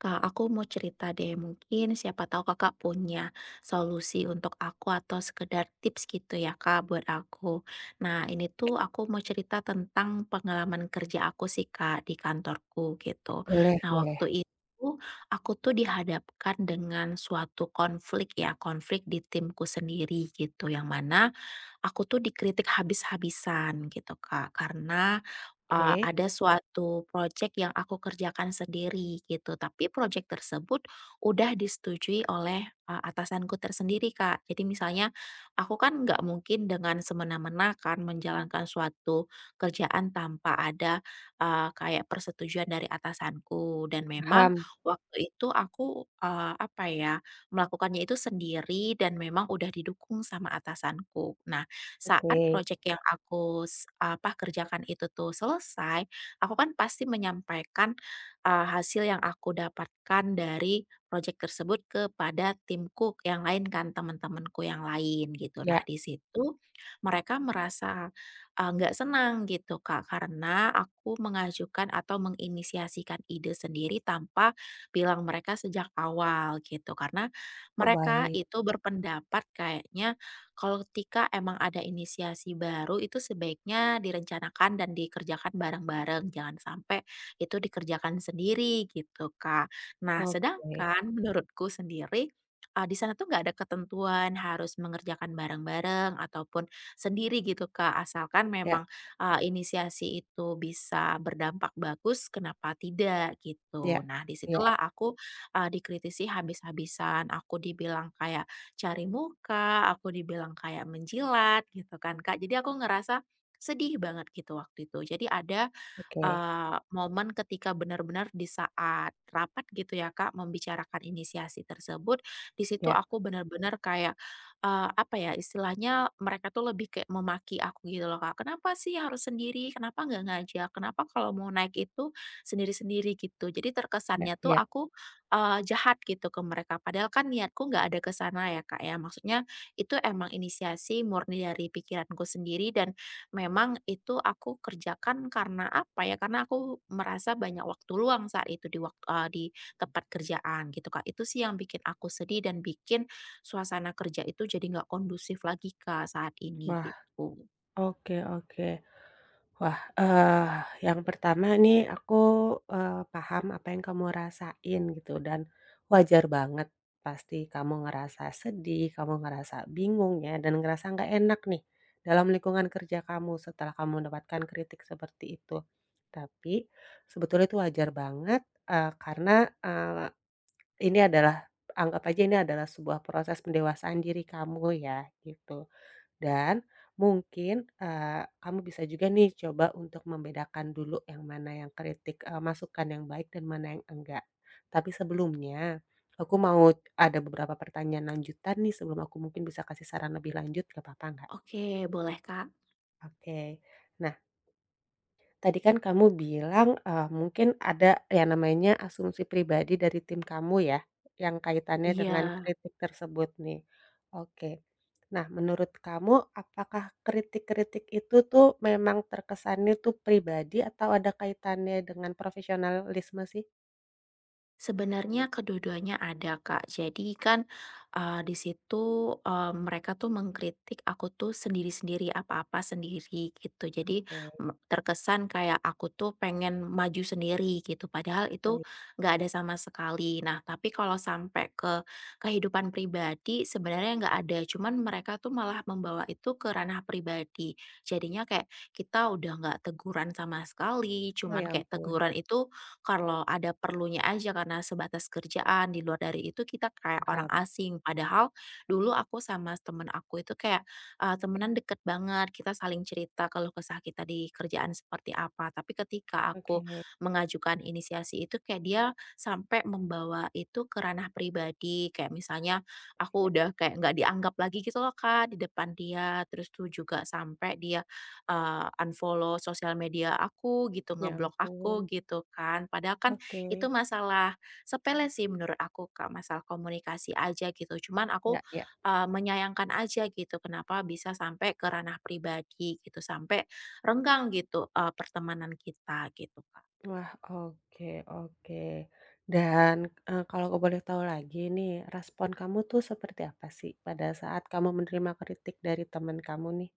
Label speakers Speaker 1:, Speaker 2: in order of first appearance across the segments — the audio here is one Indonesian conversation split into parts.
Speaker 1: Kak, aku mau cerita deh. Mungkin siapa tahu Kakak punya solusi untuk aku atau sekedar tips gitu ya, Kak, buat aku. Nah, ini tuh aku mau cerita tentang pengalaman kerja aku sih, Kak, di kantorku gitu.
Speaker 2: Boleh
Speaker 1: Nah,
Speaker 2: boleh,
Speaker 1: waktu itu aku tuh dihadapkan dengan suatu konflik ya, konflik di timku sendiri gitu. Yang mana aku tuh dikritik habis-habisan gitu, Kak, karena,
Speaker 2: oke,
Speaker 1: ada suatu proyek yang aku kerjakan sendiri gitu, tapi proyek tersebut udah disetujui oleh, atasanku tersendiri, Kak. Jadi misalnya aku kan nggak mungkin dengan semena-mena kan menjalankan suatu kerjaan tanpa ada, kayak persetujuan dari atasanku dan memang
Speaker 2: paham,
Speaker 1: waktu itu aku, apa ya, melakukannya itu sendiri dan memang udah didukung sama atasanku. Nah saat
Speaker 2: oke,
Speaker 1: project yang aku apa, kerjakan itu tuh selesai, aku kan pasti menyampaikan, hasil yang aku dapatkan dari project tersebut kepada timku yang lain kan, teman-temanku yang lain gitu. Nah
Speaker 2: ya,
Speaker 1: di situ mereka merasa, nggak senang gitu Kak, karena aku mengajukan atau menginisiasikan ide sendiri tanpa bilang mereka sejak awal gitu. Karena
Speaker 2: oh
Speaker 1: mereka
Speaker 2: baik,
Speaker 1: itu berpendapat kayaknya kalau ketika emang ada inisiasi baru itu sebaiknya direncanakan dan dikerjakan bareng-bareng, jangan sampai itu dikerjakan sendiri gitu, Kak. Nah,
Speaker 2: oke,
Speaker 1: sedangkan menurutku sendiri, di sana tuh nggak ada ketentuan harus mengerjakan bareng-bareng ataupun sendiri gitu, Kak, asalkan
Speaker 2: ya
Speaker 1: memang, inisiasi itu bisa berdampak bagus, kenapa tidak
Speaker 2: ya
Speaker 1: gitu. Nah,
Speaker 2: ya,
Speaker 1: disitulah aku, dikritisi habis-habisan, aku dibilang kayak cari muka, aku dibilang kayak menjilat gitu kan Kak. Jadi aku ngerasa sedih banget gitu waktu itu. Jadi ada
Speaker 2: oke,
Speaker 1: momen ketika benar-benar di saat rapat gitu ya Kak, membicarakan inisiasi tersebut, di situ
Speaker 2: ya
Speaker 1: aku benar-benar kayak, apa ya, istilahnya mereka tuh lebih kayak memaki aku gitu loh Kak, "Kenapa sih harus sendiri? Kenapa nggak ngajak? Kenapa kalau mau naik itu sendiri-sendiri?" Gitu. Jadi
Speaker 2: ya
Speaker 1: terkesannya tuh
Speaker 2: ya,
Speaker 1: aku, jahat gitu ke mereka, padahal kan niatku nggak ada ke sana ya Kak ya, maksudnya itu emang inisiasi murni dari pikiranku sendiri dan memang itu aku kerjakan karena apa ya, karena aku merasa banyak waktu luang saat itu di waktu di tempat kerjaan gitu, Kak. Itu sih yang bikin aku sedih dan bikin suasana kerja itu jadi nggak kondusif lagi, Kak, saat ini
Speaker 2: wah,
Speaker 1: gitu.
Speaker 2: oke oke. Wah, yang pertama nih aku, paham apa yang kamu rasain gitu dan wajar banget pasti kamu ngerasa sedih, kamu ngerasa bingung ya dan ngerasa nggak enak nih dalam lingkungan kerja kamu setelah kamu mendapatkan kritik seperti itu. Tapi sebetulnya itu wajar banget, karena, ini adalah anggap aja ini adalah sebuah proses pendewasaan diri kamu ya, gitu. Dan mungkin, kamu bisa juga nih coba untuk membedakan dulu yang mana yang kritik, masukan yang baik dan mana yang enggak. Tapi sebelumnya, aku mau ada beberapa pertanyaan lanjutan nih sebelum aku mungkin bisa kasih saran lebih lanjut, nggak papa nggak?
Speaker 1: Oke, boleh, Kak.
Speaker 2: Oke. Nah, tadi kan kamu bilang, mungkin ada yang namanya asumsi pribadi dari tim kamu ya, yang kaitannya dengan
Speaker 1: Iya.
Speaker 2: kritik tersebut nih. Oke. Nah, menurut kamu apakah kritik-kritik itu tuh memang terkesannya tuh pribadi atau ada kaitannya dengan profesionalisme sih?
Speaker 1: Sebenarnya kedua-duanya ada, Kak. Jadi kan, di situ, mereka tuh mengkritik aku tuh sendiri-sendiri, apa-apa sendiri gitu. Jadi
Speaker 2: Oke,
Speaker 1: terkesan kayak aku tuh pengen maju sendiri gitu, padahal itu
Speaker 2: baik.
Speaker 1: nggak ada sama sekali. Nah, tapi kalau sampai ke kehidupan pribadi sebenarnya nggak ada, cuman mereka tuh malah membawa itu ke ranah pribadi. Jadinya kayak kita udah nggak teguran sama sekali,
Speaker 2: Oh
Speaker 1: cuman
Speaker 2: ya
Speaker 1: kayak
Speaker 2: ampun,
Speaker 1: teguran itu kalau ada perlunya aja karena sebatas kerjaan, di luar dari itu kita kayak orang
Speaker 2: paham.
Speaker 1: asing. Padahal dulu aku sama temen aku itu kayak, temenan deket banget, kita saling cerita kalau kesah kita di kerjaan seperti apa. Tapi ketika
Speaker 2: Oke,
Speaker 1: aku mengajukan inisiasi itu kayak dia sampai membawa itu ke ranah pribadi, kayak misalnya aku
Speaker 2: ya
Speaker 1: udah kayak nggak dianggap lagi gitu loh Kak, di depan dia, terus tuh juga sampai dia unfollow sosial media aku gitu,
Speaker 2: ya
Speaker 1: ngeblok aku
Speaker 2: ampun.
Speaker 1: gitu kan. Padahal kan
Speaker 2: Oke,
Speaker 1: itu masalah sepele sih menurut aku Kak, masalah komunikasi aja gitu. Cuman
Speaker 2: ya
Speaker 1: aku,
Speaker 2: ya.
Speaker 1: menyayangkan aja gitu kenapa bisa sampai ke ranah pribadi gitu, sampai renggang gitu, pertemanan kita gitu Kak.
Speaker 2: Wah, oke oke. Dan, kalau aku boleh tahu lagi nih, respon kamu tuh seperti apa sih pada saat kamu menerima kritik dari teman kamu nih?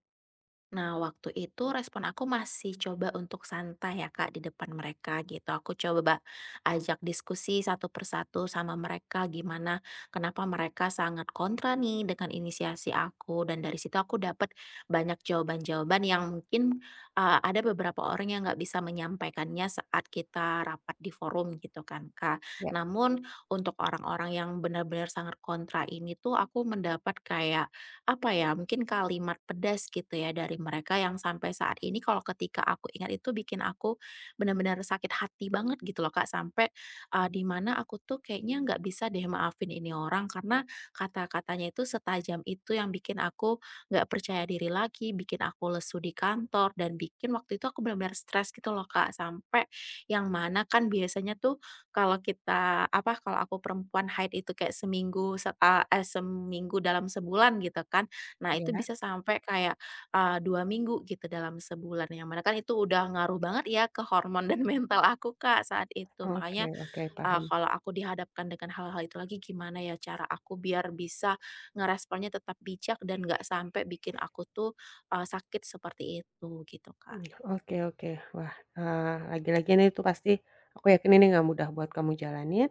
Speaker 1: Nah, waktu itu respon aku masih coba untuk santai ya Kak di depan mereka gitu. Aku coba ajak diskusi satu persatu sama mereka gimana, kenapa mereka sangat kontra nih dengan inisiasi aku. Dan dari situ aku dapat banyak jawaban-jawaban yang mungkin ada beberapa orang yang nggak bisa menyampaikannya saat kita rapat di forum gitu kan Kak.
Speaker 2: Ya.
Speaker 1: Namun untuk orang-orang yang benar-benar sangat kontra ini tuh aku mendapat kayak apa ya, mungkin kalimat pedas gitu ya dari mereka yang sampai saat ini kalau ketika aku ingat itu bikin aku benar-benar sakit hati banget gitu loh Kak, sampai, di mana aku tuh kayaknya nggak bisa deh maafin ini orang karena kata-katanya itu setajam itu yang bikin aku nggak percaya diri lagi, bikin aku lesu di kantor, dan bikin waktu itu aku benar-benar stres gitu loh Kak, sampai yang mana kan biasanya tuh kalau kita apa, kalau aku perempuan haid itu kayak seminggu seminggu dalam sebulan gitu kan. Nah
Speaker 2: Iya?
Speaker 1: itu
Speaker 2: Ya.
Speaker 1: bisa sampai kayak, 2 minggu gitu dalam sebulan, yang mana kan itu udah ngaruh banget ya ke hormon dan mental aku, Kak, saat itu.
Speaker 2: Oke
Speaker 1: Makanya,
Speaker 2: oke, paham.
Speaker 1: kalau aku dihadapkan dengan hal-hal itu lagi gimana ya cara aku biar bisa ngeresponnya tetap bijak dan nggak sampai bikin aku tuh, sakit seperti itu gitu, Kak.
Speaker 2: Mmm, oke oke. Wah, lagi-lagi nih itu pasti aku yakin ini nggak mudah buat kamu jalanin,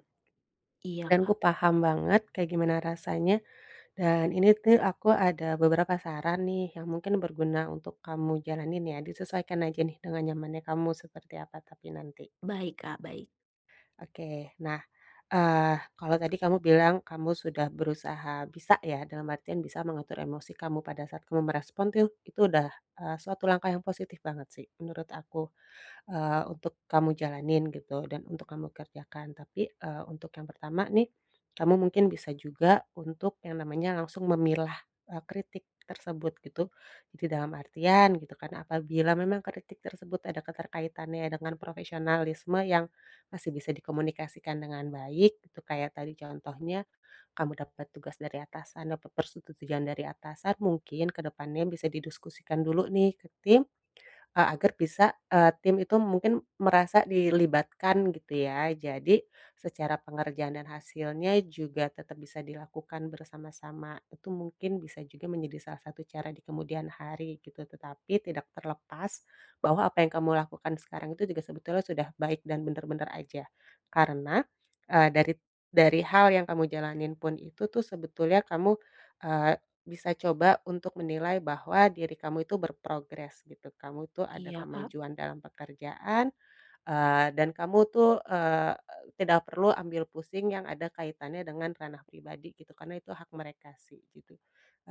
Speaker 1: Iya,
Speaker 2: dan aku
Speaker 1: Kak.
Speaker 2: paham banget kayak gimana rasanya, dan ini tuh aku ada beberapa saran nih yang mungkin berguna untuk kamu jalanin ya, disesuaikan aja nih dengan nyamannya kamu seperti apa tapi nanti.
Speaker 1: Baik, Kak, baik.
Speaker 2: Oke. Nah, eee, kalau tadi kamu bilang kamu sudah berusaha bisa ya, dalam artian bisa mengatur emosi kamu pada saat kamu merespon tuh, itu udah, suatu langkah yang positif banget sih menurut aku untuk kamu jalanin gitu dan untuk kamu kerjakan. Tapi, untuk yang pertama nih, kamu mungkin bisa juga untuk yang namanya langsung memilah, kritik tersebut gitu. Jadi dalam artian gitu kan, apabila memang kritik tersebut ada keterkaitannya dengan profesionalisme yang masih bisa dikomunikasikan dengan baik gitu, kayak tadi contohnya, kamu dapat tugas dari atasan, dapat persetujuan dari atasan, mungkin ke depannya bisa didiskusikan dulu nih ke tim. Agar bisa, tim itu mungkin merasa dilibatkan gitu ya. Jadi secara pengerjaan dan hasilnya juga tetap bisa dilakukan bersama-sama. Itu mungkin bisa juga menjadi salah satu cara di kemudian hari gitu. Tetapi tidak terlepas bahwa apa yang kamu lakukan sekarang itu juga sebetulnya sudah baik dan benar-benar aja. Karena, eee, dari dari hal yang kamu jalanin pun itu tuh sebetulnya kamu, eh, bisa coba untuk menilai bahwa diri kamu itu berprogres gitu, kamu tuh ada
Speaker 1: Iya, Kak.
Speaker 2: kemajuan dalam pekerjaan, dan kamu tuh, tidak perlu ambil pusing yang ada kaitannya dengan ranah pribadi gitu, karena itu hak mereka sih gitu.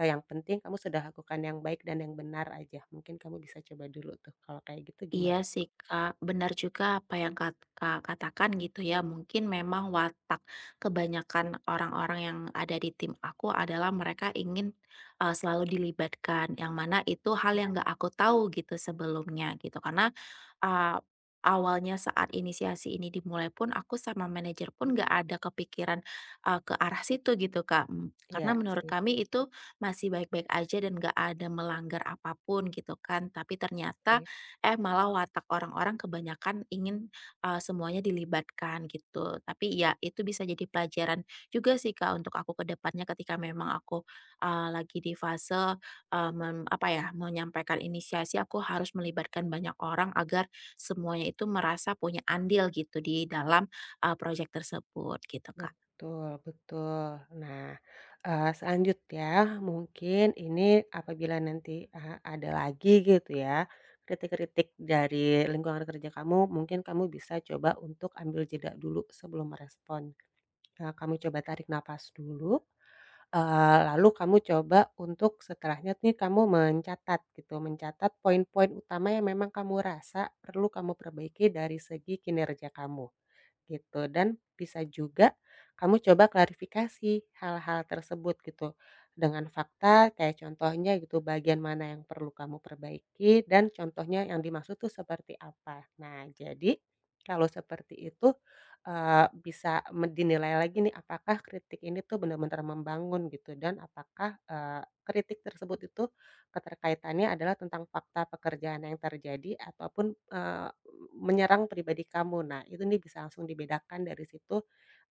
Speaker 2: Yang penting kamu sudah lakukan yang baik dan yang benar aja, mungkin kamu bisa coba dulu tuh kalau kayak gitu
Speaker 1: Iya
Speaker 2: gimana?
Speaker 1: sih Kak, benar juga apa yang Kak katakan gitu ya. Mungkin memang watak kebanyakan orang-orang yang ada di tim aku adalah mereka ingin selalu dilibatkan, yang mana itu hal
Speaker 2: Iya.
Speaker 1: yang nggak aku tahu gitu sebelumnya gitu. Karena uh, awalnya saat inisiasi ini dimulai pun aku sama manajer pun nggak ada kepikiran ke arah situ gitu Kak. Karena
Speaker 2: Iya
Speaker 1: menurut
Speaker 2: sih,
Speaker 1: kami itu masih baik-baik aja dan nggak ada melanggar apapun gitu kan. Tapi ternyata
Speaker 2: oke.
Speaker 1: malah watak orang-orang kebanyakan ingin, semuanya dilibatkan gitu. Tapi ya itu bisa jadi pelajaran juga sih Kak untuk aku ke depannya ketika memang aku, lagi di fase, eee, mem apa ya, menyampaikan inisiasi aku harus melibatkan banyak orang agar semuanya itu merasa punya andil gitu di dalam, project tersebut gitu Kak.
Speaker 2: Betul betul. Nah, selanjut ya, mungkin ini apabila nanti, ada lagi gitu ya, kritik-kritik dari lingkungan kerja kamu, mungkin kamu bisa coba untuk ambil jeda dulu sebelum merespon. Kamu coba tarik nafas dulu, lalu kamu coba untuk setelahnya nih kamu mencatat gitu, mencatat poin-poin utama yang memang kamu rasa perlu kamu perbaiki dari segi kinerja kamu gitu. Dan bisa juga kamu coba klarifikasi hal-hal tersebut gitu dengan fakta kayak contohnya gitu bagian mana yang perlu kamu perbaiki dan contohnya yang dimaksud tuh seperti apa. Nah, jadi kalau seperti itu bisa dinilai lagi nih apakah kritik ini tuh benar-benar membangun gitu dan apakah kritik tersebut itu keterkaitannya adalah tentang fakta pekerjaan yang terjadi ataupun, menyerang pribadi kamu. Nah, itu nih bisa langsung dibedakan dari situ,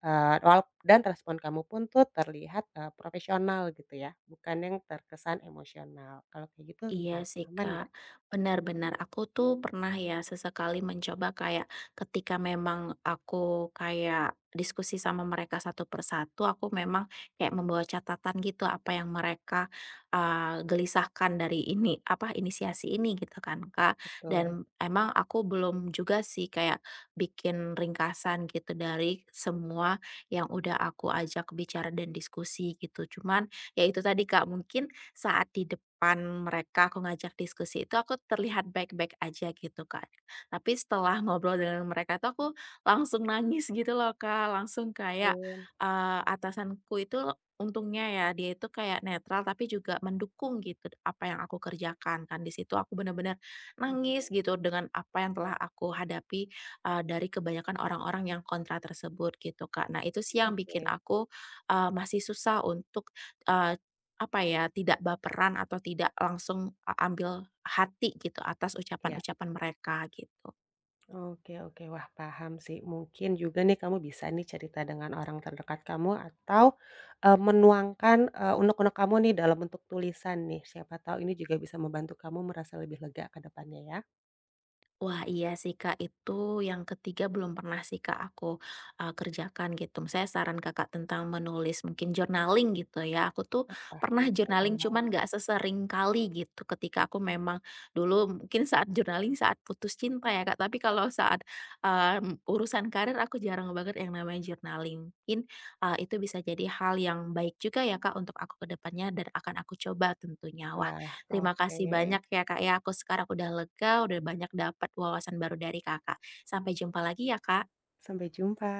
Speaker 2: dan respon kamu pun tuh terlihat, profesional gitu ya, bukan yang terkesan emosional. Kalau kayak gitu
Speaker 1: Iya
Speaker 2: gimana?
Speaker 1: sih
Speaker 2: Aman nggak?
Speaker 1: Kak, benar-benar aku tuh pernah ya sesekali mencoba kayak ketika memang aku kayak diskusi sama mereka satu persatu, aku memang kayak membawa catatan gitu apa yang mereka gelisahkan dari apa inisiasi ini gitu kan Kak.
Speaker 2: Betul.
Speaker 1: Dan emang aku belum juga sih kayak bikin ringkasan gitu dari semua yang udah aku ajak bicara dan diskusi gitu. Cuman ya itu tadi Kak, mungkin saat di depan mereka aku ngajak diskusi itu aku terlihat baik-baik aja gitu, Kak. Tapi setelah ngobrol dengan mereka tuh aku langsung nangis gitu loh, Kak, langsung kayak,
Speaker 2: Aman.
Speaker 1: atasanku itu untungnya ya dia itu kayak netral tapi juga mendukung gitu apa yang aku kerjakan kan. Di situ aku benar-benar
Speaker 2: Oke
Speaker 1: nangis gitu dengan apa yang telah aku hadapi, dari kebanyakan orang-orang yang kontra tersebut gitu, Kak. Nah itu sih yang bikin
Speaker 2: oke.
Speaker 1: aku, masih susah untuk, apa ya, tidak baperan atau tidak langsung ambil hati gitu atas
Speaker 2: Ya.
Speaker 1: ucapan-ucapan mereka gitu.
Speaker 2: Oke oke. Wah, paham sih. Mungkin juga nih kamu bisa nih cerita dengan orang terdekat kamu atau, menuangkan, unek-unek kamu nih dalam bentuk tulisan nih. Siapa tahu ini juga bisa membantu kamu merasa lebih lega ke depannya ya.
Speaker 1: Wah, iya sih, Kak, itu yang ketiga belum pernah sih, Kak, aku, kerjakan gitu. Saya saran Kakak tentang menulis mungkin journaling gitu ya, aku tuh
Speaker 2: Wah,
Speaker 1: pernah journaling
Speaker 2: eee,
Speaker 1: cuman nggak sesering kali gitu ketika aku memang dulu mungkin saat journaling saat putus cinta ya, Kak, tapi kalau saat, urusan karir aku jarang banget yang namanya journaling. Mungkin, itu bisa jadi hal yang baik juga ya, Kak, untuk aku ke depannya dan akan aku coba tentunya.
Speaker 2: wah,
Speaker 1: Terima
Speaker 2: oke.
Speaker 1: kasih banyak ya Kak ya, aku sekarang udah lega, udah banyak dapat wawasan baru dari Kakak. Sampai jumpa lagi ya Kak.
Speaker 2: Sampai jumpa.